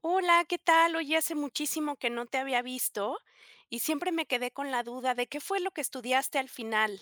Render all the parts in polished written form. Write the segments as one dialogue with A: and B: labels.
A: Hola, ¿qué tal? Oye, hace muchísimo que no te había visto y siempre me quedé con la duda de qué fue lo que estudiaste al final.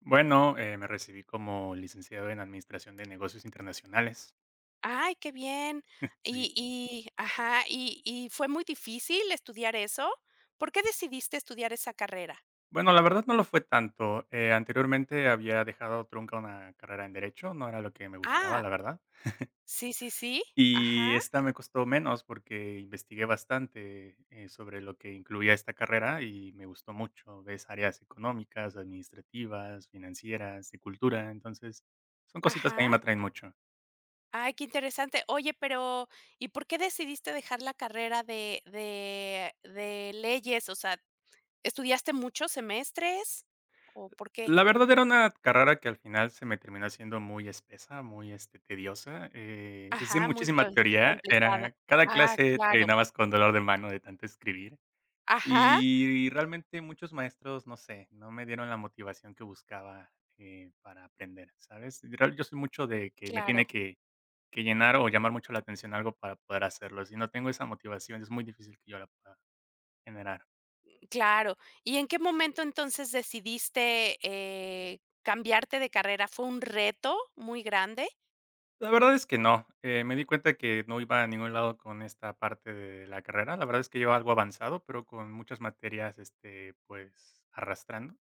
B: Bueno, me recibí como licenciado en Administración de Negocios Internacionales.
A: Ay, qué bien.
B: Sí.
A: Ajá, y fue muy difícil estudiar eso. ¿Por qué decidiste estudiar esa carrera?
B: Bueno, la verdad no lo fue tanto. Anteriormente había dejado trunca una carrera en Derecho, no era lo que me gustaba,
A: Ah,
B: la verdad.
A: sí, sí, sí.
B: Y
A: Ajá,
B: esta me costó menos porque investigué bastante sobre lo que incluía esta carrera y me gustó mucho. Ves áreas económicas, administrativas, financieras, de cultura. Entonces, son cositas que a mí
A: ajá.
B: me atraen mucho.
A: Ay, qué interesante. Oye, pero ¿y por qué decidiste dejar la carrera de leyes? O sea, ¿estudiaste muchos semestres o por qué?
B: La verdad era una carrera que al final se me terminó haciendo muy espesa, muy, este, tediosa, es de
A: Ajá, muy
B: muchísima
A: con sí,
B: teoría,
A: complicada.
B: era cada
A: Ah,
B: clase
A: claro.
B: terminabas con dolor de mano de tanto escribir,
A: Ajá,
B: y realmente muchos maestros, no sé, no me dieron la motivación que buscaba, para aprender, ¿sabes? Y Real yo soy mucho de que me tiene
A: claro,
B: que llenar o llamar mucho la atención algo para poder hacerlo, si no tengo esa motivación, es muy difícil que yo la pueda generar.
A: claro. ¿Y en qué momento entonces decidiste, cambiarte de carrera? ¿Fue un reto muy grande?
B: La verdad es que no, me di cuenta que no iba a ningún lado con esta parte de la carrera. La verdad es que llevaba algo avanzado, pero con muchas materias, este, pues, arrastrando.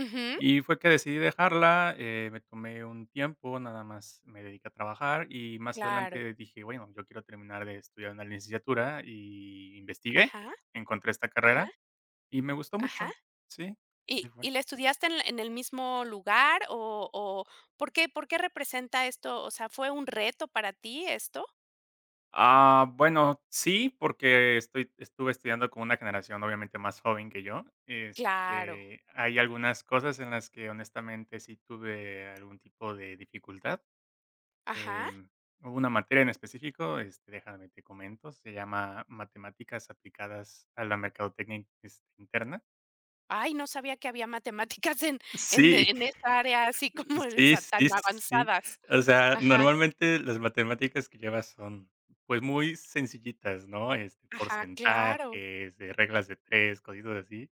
A: Ujú,
B: Y fue que decidí dejarla, me tomé un tiempo, nada más me dediqué a trabajar y más
A: claro.
B: adelante dije, bueno, yo quiero terminar de estudiar una licenciatura y investigué,
A: Ajá,
B: encontré esta
A: ajá,
B: carrera y me gustó mucho,
A: ajá.
B: sí. Sí
A: ¿Y
B: fue.
A: la estudiaste en el mismo lugar, o por qué representa esto? O sea, ¿fue un reto para ti esto?
B: Ah, bueno, sí, porque estoy estuve estudiando con una generación obviamente más joven que yo.
A: Claro,
B: Este, hay algunas cosas en las que honestamente sí tuve algún tipo de dificultad.
A: ajá.
B: Em, Hubo una materia en específico, este, déjame te comento, se llama Matemáticas aplicadas a la mercadotecnia este, interna.
A: Ay, no sabía que había matemáticas en en
B: Sí,
A: en esa área, así como
B: sí,
A: esa
B: sí,
A: tan
B: sí.
A: avanzadas.
B: O sea,
A: Ajá,
B: normalmente las matemáticas que llevas son, pues, muy sencillitas, ¿no? Este,
A: ajá, claro,
B: porcentajes, reglas de 3, cositas así.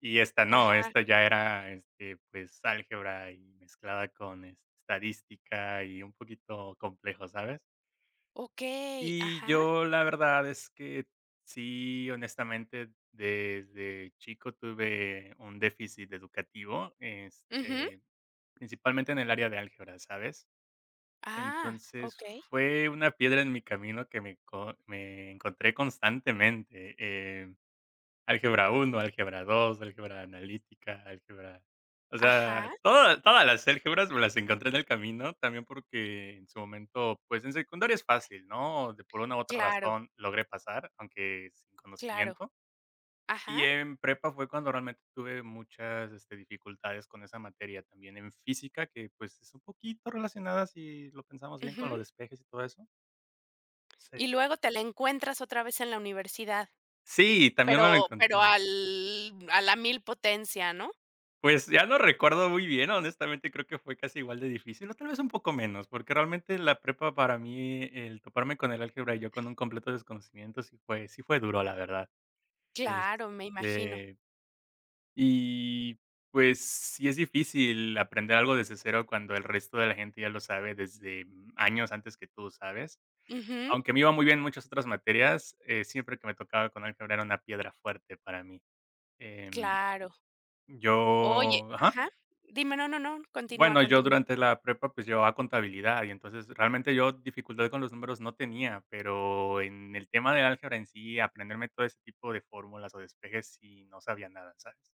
B: Y esta
A: ajá,
B: no, esta ya era, este, pues, álgebra y mezclada con este, estadística y un poquito complejo, ¿sabes?
A: okey,
B: Y
A: ajá,
B: yo la verdad es que sí, honestamente, desde chico tuve un déficit educativo,
A: ujú,
B: este. Principalmente en el área de álgebra, ¿sabes?
A: ah,
B: Entonces,
A: okey,
B: fue una piedra en mi camino que me encontré constantemente, em, álgebra uno, álgebra 2, álgebra analítica, álgebra, o sea,
A: ajá,
B: todas las álgebras me las encontré en el camino, también porque en su momento, pues, en secundaria es fácil, ¿no? De por una u otra
A: claro,
B: razón logré pasar, aunque sin
A: claro,
B: conocimiento. Y
A: ajá,
B: en prepa fue cuando realmente tuve muchas, este, dificultades con esa materia, también en física, que, pues, es un poquito relacionada, si lo pensamos bien, con
A: ujú.
B: los despejes y todo eso. Sí.
A: Y luego te la encuentras otra vez en la universidad,
B: Sí, también
A: pero
B: me lo encontré.
A: al a la mil potencia, ¿no?
B: Pues, ya no recuerdo muy bien, honestamente, creo que fue casi igual de difícil, o tal vez un poco menos, porque realmente la prepa para mí, el toparme con el álgebra y yo con un completo desconocimiento, sí fue duro, la verdad.
A: Claro, me imagino.
B: Este. Y, pues, sí es difícil aprender algo desde cero cuando el resto de la gente ya lo sabe desde años antes que tú, ¿sabes?
A: Ujú,
B: Aunque me iba muy bien en muchas otras materias, siempre que me tocaba con álgebra era una piedra fuerte para mí. Em,
A: claro. Oye,
B: yo, ajá.
A: ajá, dime, no, no, no, continúa,
B: Bueno, yo
A: continúa.
B: durante la prepa, pues, llevaba contabilidad y entonces realmente yo dificultad con los números no tenía, pero en el tema de álgebra en sí, aprenderme todo ese tipo de fórmulas o despejes, sí no sabía nada, ¿sabes?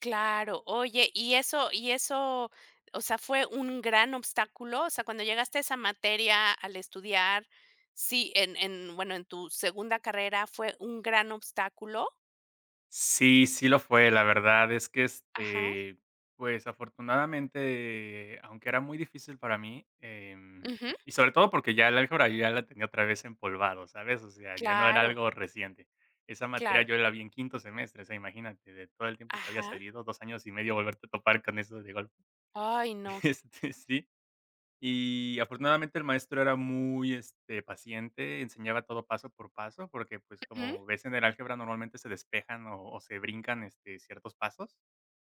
A: Claro, oye, y eso, o sea, ¿fue un gran obstáculo? O sea, cuando llegaste a esa materia al estudiar, sí, bueno, en tu segunda carrera, ¿fue un gran obstáculo?
B: Sí, sí lo fue. La verdad es que,
A: Ajá,
B: este, pues, afortunadamente, aunque era muy difícil para mí,
A: ujú.
B: y sobre todo porque ya el álgebra yo ya la tenía otra vez empolvado, ¿sabes? O sea, ya no era
A: Claro,
B: algo reciente. Esa materia
A: claro,
B: yo la vi en quinto semestre, o sea, imagínate, de todo el tiempo que había
A: ajá.
B: salido, 2 años y medio volverte a topar con eso de golpe.
A: Ay, no.
B: Este, sí. Y afortunadamente el maestro era muy, este, paciente, enseñaba todo paso por paso, porque, pues,
A: Ujú.
B: como ves en el álgebra normalmente se despejan o se brincan, este, ciertos pasos.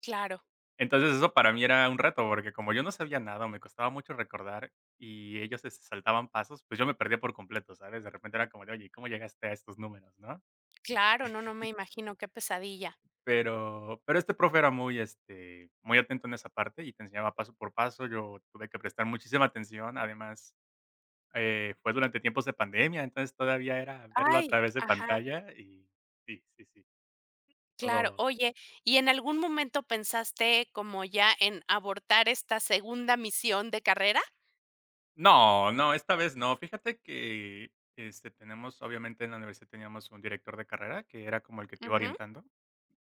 A: Claro,
B: Entonces, eso para mí era un reto, porque como yo no sabía nada, o me costaba mucho recordar y ellos se saltaban pasos, pues, yo me perdía por completo, ¿sabes? De repente era como de: "Oye, ¿cómo llegaste a estos números?", ¿no?
A: claro, no, no me imagino, qué pesadilla.
B: Pero este profe era muy, este, muy atento en esa parte y te enseñaba paso por paso. Yo tuve que prestar muchísima atención, además. Fue durante tiempos de pandemia, entonces todavía era verlo a
A: Ay,
B: través de
A: ajá,
B: pantalla y sí, sí, sí,
A: claro.
B: todo.
A: Oye, ¿y en algún momento pensaste como ya en abortar esta segunda misión de carrera?
B: No, no, esta vez no. Fíjate que, este, tenemos, obviamente, en la universidad teníamos un director de carrera que era como el que te iba
A: Ujú,
B: orientando,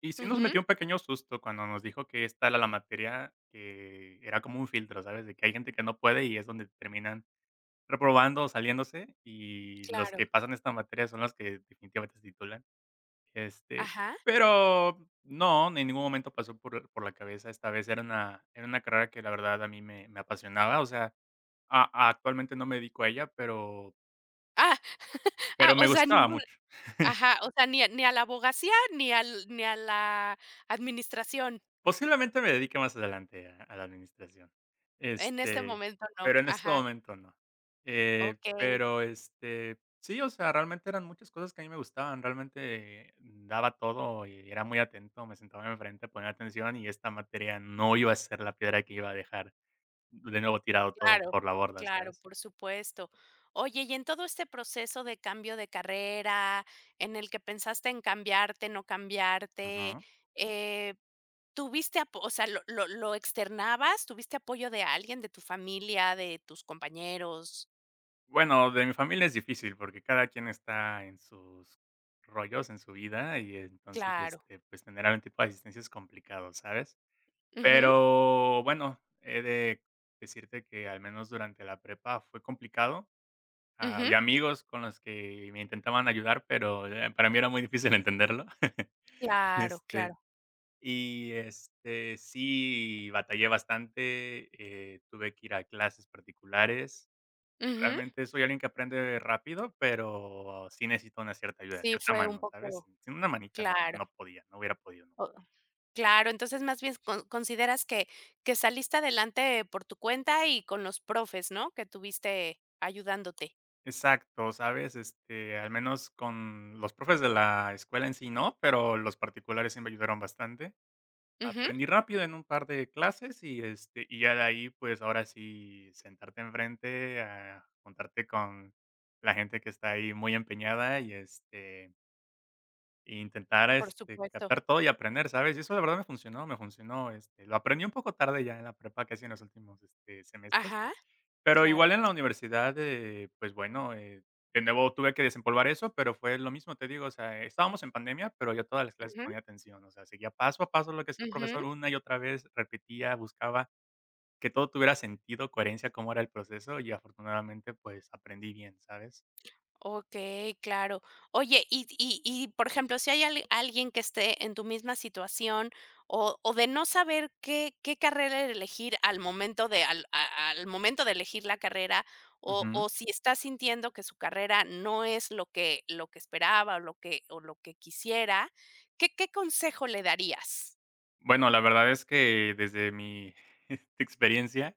B: y sí nos
A: ujú.
B: metió un pequeño susto cuando nos dijo que esta era la materia que era como un filtro, ¿sabes? De que hay gente que no puede y es donde terminan reprobando o saliéndose, y los
A: Claro.
B: que pasan esta materia son los que definitivamente se titulan. Este,
A: Ajá.
B: pero no, en ningún momento pasó por la cabeza esta vez. Era una carrera que la verdad a mí me apasionaba, o sea, a actualmente no me dedico a ella,
A: Ah,
B: pero
A: ah,
B: me
A: o sea,
B: gustaba
A: ninguna,
B: mucho.
A: ajá, o sea, ni a la abogacía, ni a la administración.
B: Posiblemente me dedique más adelante a la administración,
A: En este
B: este,
A: momento no.
B: pero en este
A: Ajá.
B: momento no.
A: Okey,
B: Pero, este, sí, o sea, realmente eran muchas cosas que a mí me gustaban, realmente daba todo y era muy atento, me sentaba enfrente a poner atención y esta materia no iba a ser la piedra que iba a dejar. De nuevo tirado todo
A: claro,
B: por la borda,
A: claro,
B: ¿sabes?
A: por supuesto. Oye, y en todo este proceso de cambio de carrera, en el que pensaste en cambiarte, no cambiarte,
B: Ujú.
A: eh, ¿tuviste apo o sea, lo externabas? ¿Tuviste apoyo de alguien, de tu familia, de tus compañeros?
B: Bueno, de mi familia es difícil, porque cada quien está en sus rollos, en su vida, y entonces,
A: Claro.
B: este, pues, tener algún tipo de asistencia es complicado, ¿sabes?
A: Ujú,
B: Pero bueno, he de decirte que al menos durante la prepa fue complicado.
A: ujú.
B: Había amigos con los que me intentaban ayudar, pero, para mí era muy difícil entenderlo.
A: Claro,
B: Este.
A: claro.
B: Y, este, sí batallé bastante, tuve que ir a clases particulares.
A: Ujú.
B: Realmente soy alguien que aprende rápido, pero sí necesito una cierta ayuda,
A: Sí,
B: cierta
A: fue un
B: mano, ¿sabes?
A: poco,
B: Sin una manita
A: claro,
B: no podía, no hubiera podido, no.
A: o claro, entonces, más bien consideras que saliste adelante por tu cuenta y con los profes, ¿no?, que tuviste ayudándote.
B: Exacto, ¿sabes? Este, al menos con los profes de la escuela en sí no, pero los particulares sí me ayudaron bastante.
A: Ujú,
B: Aprendí rápido en un par de clases y, este, y ya de ahí, pues, ahora sí, sentarte enfrente, a juntarte con la gente que está ahí muy empeñada y, este, e intentar,
A: por
B: este,
A: supuesto.
B: captar todo y aprender, ¿sabes? Y eso, de verdad, me funcionó, este, lo aprendí un poco tarde ya en la prepa, casi en los últimos, este, semestres.
A: Ajá,
B: Pero
A: claro.
B: igual en la universidad, pues bueno, de nuevo tuve que desempolvar eso, pero fue lo mismo, te digo, o sea, estábamos en pandemia, pero yo todas las clases
A: Ujú,
B: ponía atención, o sea, seguía paso a paso lo que hacía el
A: ujú.
B: profesor una y otra vez, repetía, buscaba que todo tuviera sentido, coherencia, cómo era el proceso y afortunadamente, pues aprendí bien, ¿sabes?
A: Okey, claro. Oye, por ejemplo, si hay al alguien que esté en tu misma situación, o de no saber qué carrera elegir al momento de elegir la carrera, o
B: Ujú.
A: si está sintiendo que su carrera no es lo que esperaba, o lo que quisiera, ¿qué consejo le darías?
B: Bueno, la verdad es que desde mi experiencia,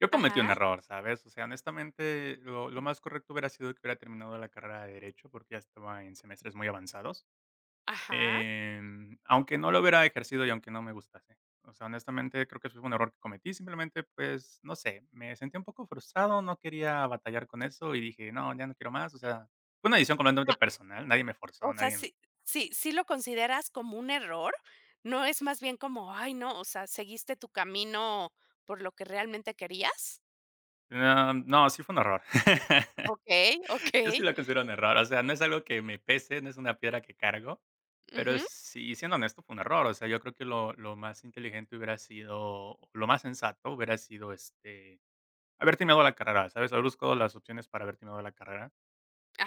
B: yo cometí un
A: Ajá,
B: error, ¿sabes? O sea, honestamente, lo más correcto hubiera sido que hubiera terminado la carrera de Derecho porque ya estaba en semestres muy avanzados.
A: ajá.
B: Aunque no lo hubiera ejercido y aunque no me gustase. O sea, honestamente, creo que eso fue un error que cometí. Simplemente, pues, no sé, me sentí un poco frustrado, no quería batallar con eso y dije: "No, ya no quiero más". O sea, fue una decisión completamente personal, nadie me forzó,
A: O sea,
B: nadie me.
A: sí lo consideras como un error, ¿no es más bien como, ay, no? O sea, seguiste tu camino por lo que realmente querías.
B: No, no, sí fue un error.
A: Okey,
B: Yo
A: okey.
B: sí lo considero un error, o sea, no es algo que me pese, no es una piedra que cargo, pero
A: Ujú.
B: sí, siendo honesto, fue un error. O sea, yo creo que lo más inteligente hubiera sido, o lo más sensato hubiera sido, este. Haber terminado la carrera, ¿sabes? Haber buscado las opciones para haber terminado la carrera.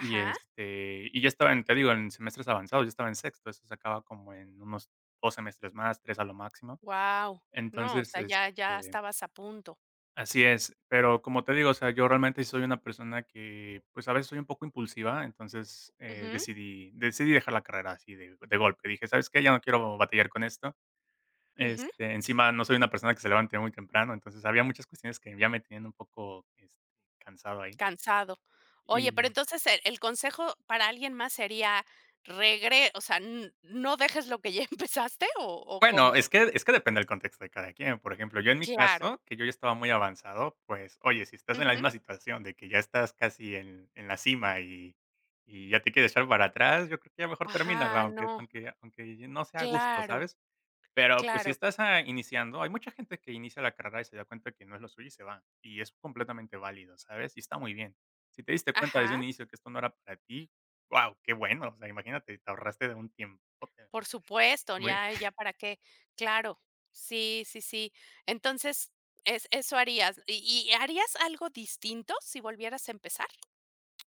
B: Y, este, y ya estaba en, te digo, en semestres avanzados, ya estaba en sexto, eso se acaba como en unos 2 semestres más, 3 a lo máximo.
A: Wow. No, o
B: Entonces,
A: sea, ya
B: este,
A: estabas a punto.
B: así es. Pero como te digo, o sea, yo realmente sí soy una persona que, pues, a veces soy un poco impulsiva, entonces,
A: Ujú,
B: decidí dejar la carrera así de golpe. Dije: "¿Sabes qué? Ya no quiero batallar con esto".
A: ujú.
B: Este, encima no soy una persona que se levante muy temprano, entonces había muchas cuestiones que ya me tenían un poco, este, cansado ahí.
A: Cansado. Oye, pero
B: Y
A: entonces el consejo para alguien más sería, regre o sea, n no dejes lo que ya empezaste, o,
B: bueno,
A: ¿cómo?
B: es que depende del contexto de cada quien. Por ejemplo, yo en mi
A: Claro.
B: caso, que yo ya estaba muy avanzado, pues, oye, si estás en la
A: Ujú.
B: misma situación de que ya estás casi en la cima y ya te quieres echar para atrás, yo creo que ya mejor termínala,
A: Ajá,
B: aunque
A: no.
B: no sea a gusto,
A: Claro,
B: ¿sabes? Pero, pues, si
A: claro.
B: estás, iniciando, hay mucha gente que inicia la carrera y se da cuenta que no es lo suyo y se va, y es completamente válido, ¿sabes? Y está muy bien. Si te diste cuenta desde
A: Ajá.
B: un inicio que esto no era para ti, wow, qué bueno, o sea, imagínate, te ahorraste de un tiempo
A: Por supuesto,
B: muy.
A: ya para qué. Claro. Sí, sí, sí. Entonces, es eso harías. ¿Y harías algo distinto si volvieras a empezar?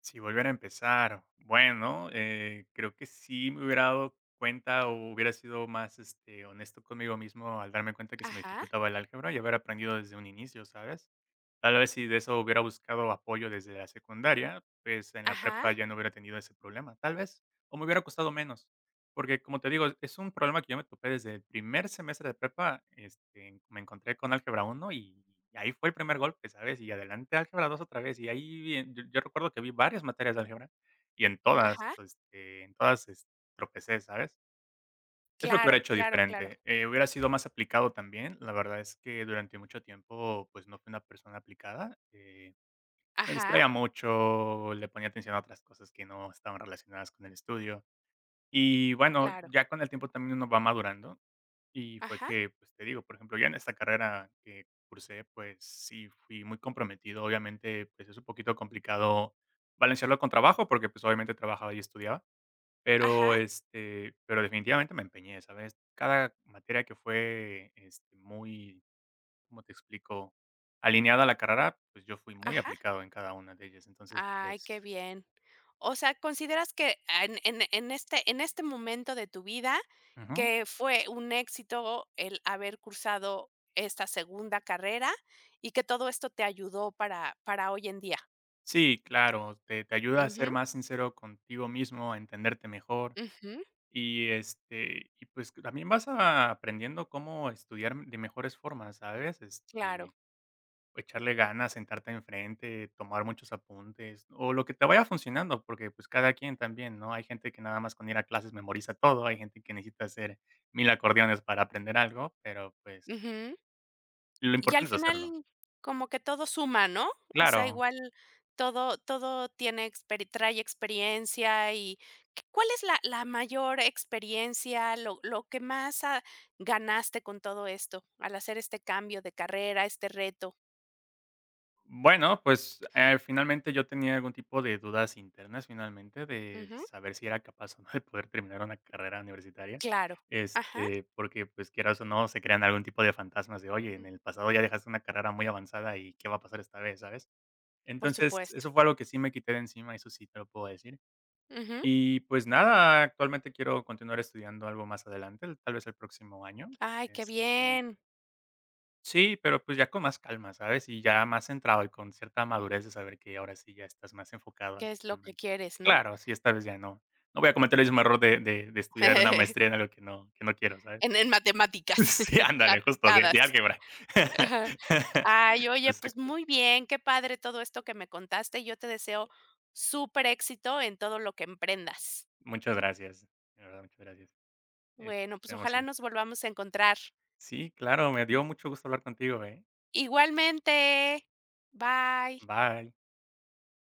B: Si volviera a empezar, bueno, creo que sí me hubiera dado cuenta o hubiera sido más, honesto conmigo mismo al darme cuenta que se me
A: Ajá,
B: dificultaba el álgebra y haber aprendido desde un inicio, ¿sabes? Tal vez si de eso hubiera buscado apoyo desde la secundaria, pues en la
A: ajá,
B: prepa ya no hubiera tenido ese problema, tal vez, o me hubiera costado menos. Porque, como te digo, es un problema que yo me topé desde el primer semestre de prepa, me encontré con álgebra uno y ahí fue el primer golpe, ¿sabes? Y adelante álgebra 2 otra vez, y ahí vi yo recuerdo que vi varias materias de álgebra y en todas,
A: ajá.
B: en todas, tropecé, ¿sabes? Es lo que hubiera
A: Claro,
B: hecho
A: claro, claro.
B: diferente, hubiera sido más aplicado también, la verdad es que durante mucho tiempo, pues, no fui una persona aplicada, me
A: Ajá,
B: distraía mucho, le ponía atención a otras cosas que no estaban relacionadas con el estudio. Y bueno,
A: claro.
B: ya con el tiempo también uno va madurando y fue
A: Ajá,
B: que, pues, te digo, por ejemplo, ya en esta carrera que cursé, pues sí fui muy comprometido. Obviamente, pues, es un poquito complicado balancearlo con trabajo porque, pues, obviamente trabajaba y estudiaba,
A: ajá,
B: pero, pero definitivamente me empeñé, ¿sabes? Cada materia que fue, muy, ¿cómo te explico? Alineada a la carrera, pues, yo fui muy
A: ajá.
B: aplicado en cada una de ellas. Entonces,
A: Ay, qué
B: pues.
A: bien. O sea, ¿consideras que en este momento de tu vida,
B: Ujú.
A: que fue un éxito el haber cursado esta segunda carrera y que todo esto te ayudó para hoy en día?
B: Sí, claro, te ayuda a ser
A: Ujú,
B: más sincero contigo mismo, a entenderte mejor
A: ujú,
B: y, y pues, que también vas a- aprendiendo cómo estudiar de mejores formas, ¿sabes?
A: claro,
B: Echarle ganas, sentarte enfrente, tomar muchos apuntes, o lo que te vaya funcionando, porque, pues, cada quien también, ¿no? Hay gente que nada más con ir a clases memoriza todo, hay gente que necesita hacer 1000 acordeones para aprender algo, pero, pues,
A: ujú.
B: lo
A: Y al
B: importante es
A: final,
B: hacerlo.
A: como que todo suma, ¿no? O sea,
B: Claro.
A: igual todo tiene experi trae experiencia. Y ¿qué cuál es la mayor experiencia, lo que más, ah, ganaste con todo esto, al hacer este cambio de carrera, este reto?
B: Bueno, pues, finalmente yo tenía algún tipo de dudas internas, finalmente, de
A: Ujú,
B: saber si era capaz o no de poder terminar una carrera universitaria,
A: claro. Ajá,
B: porque, pues, quieras o no, se crean algún tipo de fantasmas de: "Oye, en
A: mm,
B: el pasado ya dejaste una carrera muy avanzada, ¿y qué va a pasar esta vez?", ¿sabes?
A: por
B: Entonces,
A: supuesto.
B: eso fue algo que sí me quité de encima, eso sí te lo puedo decir.
A: Ujú.
B: Y, pues, nada, actualmente quiero continuar estudiando algo más adelante, tal vez el próximo año,
A: Ay, qué
B: este.
A: bien,
B: Sí, pero, pues, ya con más calma, ¿sabes? Y ya más centrado y con cierta madurez de saber que ahora sí ya estás más enfocado en
A: qué
B: lo que
A: es lo que
B: realmente.
A: quieres, ¿no?
B: Claro, sí, esta vez ya no voy a cometer el mismo error de de estudiar una maestría en algo que no quiero, ¿sabes?
A: En matemáticas
B: Sí, ándale, justo, de
A: aplicadas.
B: álgebra.
A: Ajá. Ay, oye, pues
B: Exacto.
A: muy bien, qué padre todo esto que me contaste. Yo te deseo súper éxito en todo lo que emprendas.
B: Muchas gracias, de verdad, muchas gracias.
A: Bueno, pues
B: Esperemos
A: ojalá
B: sí.
A: nos volvamos a encontrar.
B: Sí, claro, me dio mucho gusto hablar contigo, ¿eh?
A: Igualmente. Bye.
B: Bye.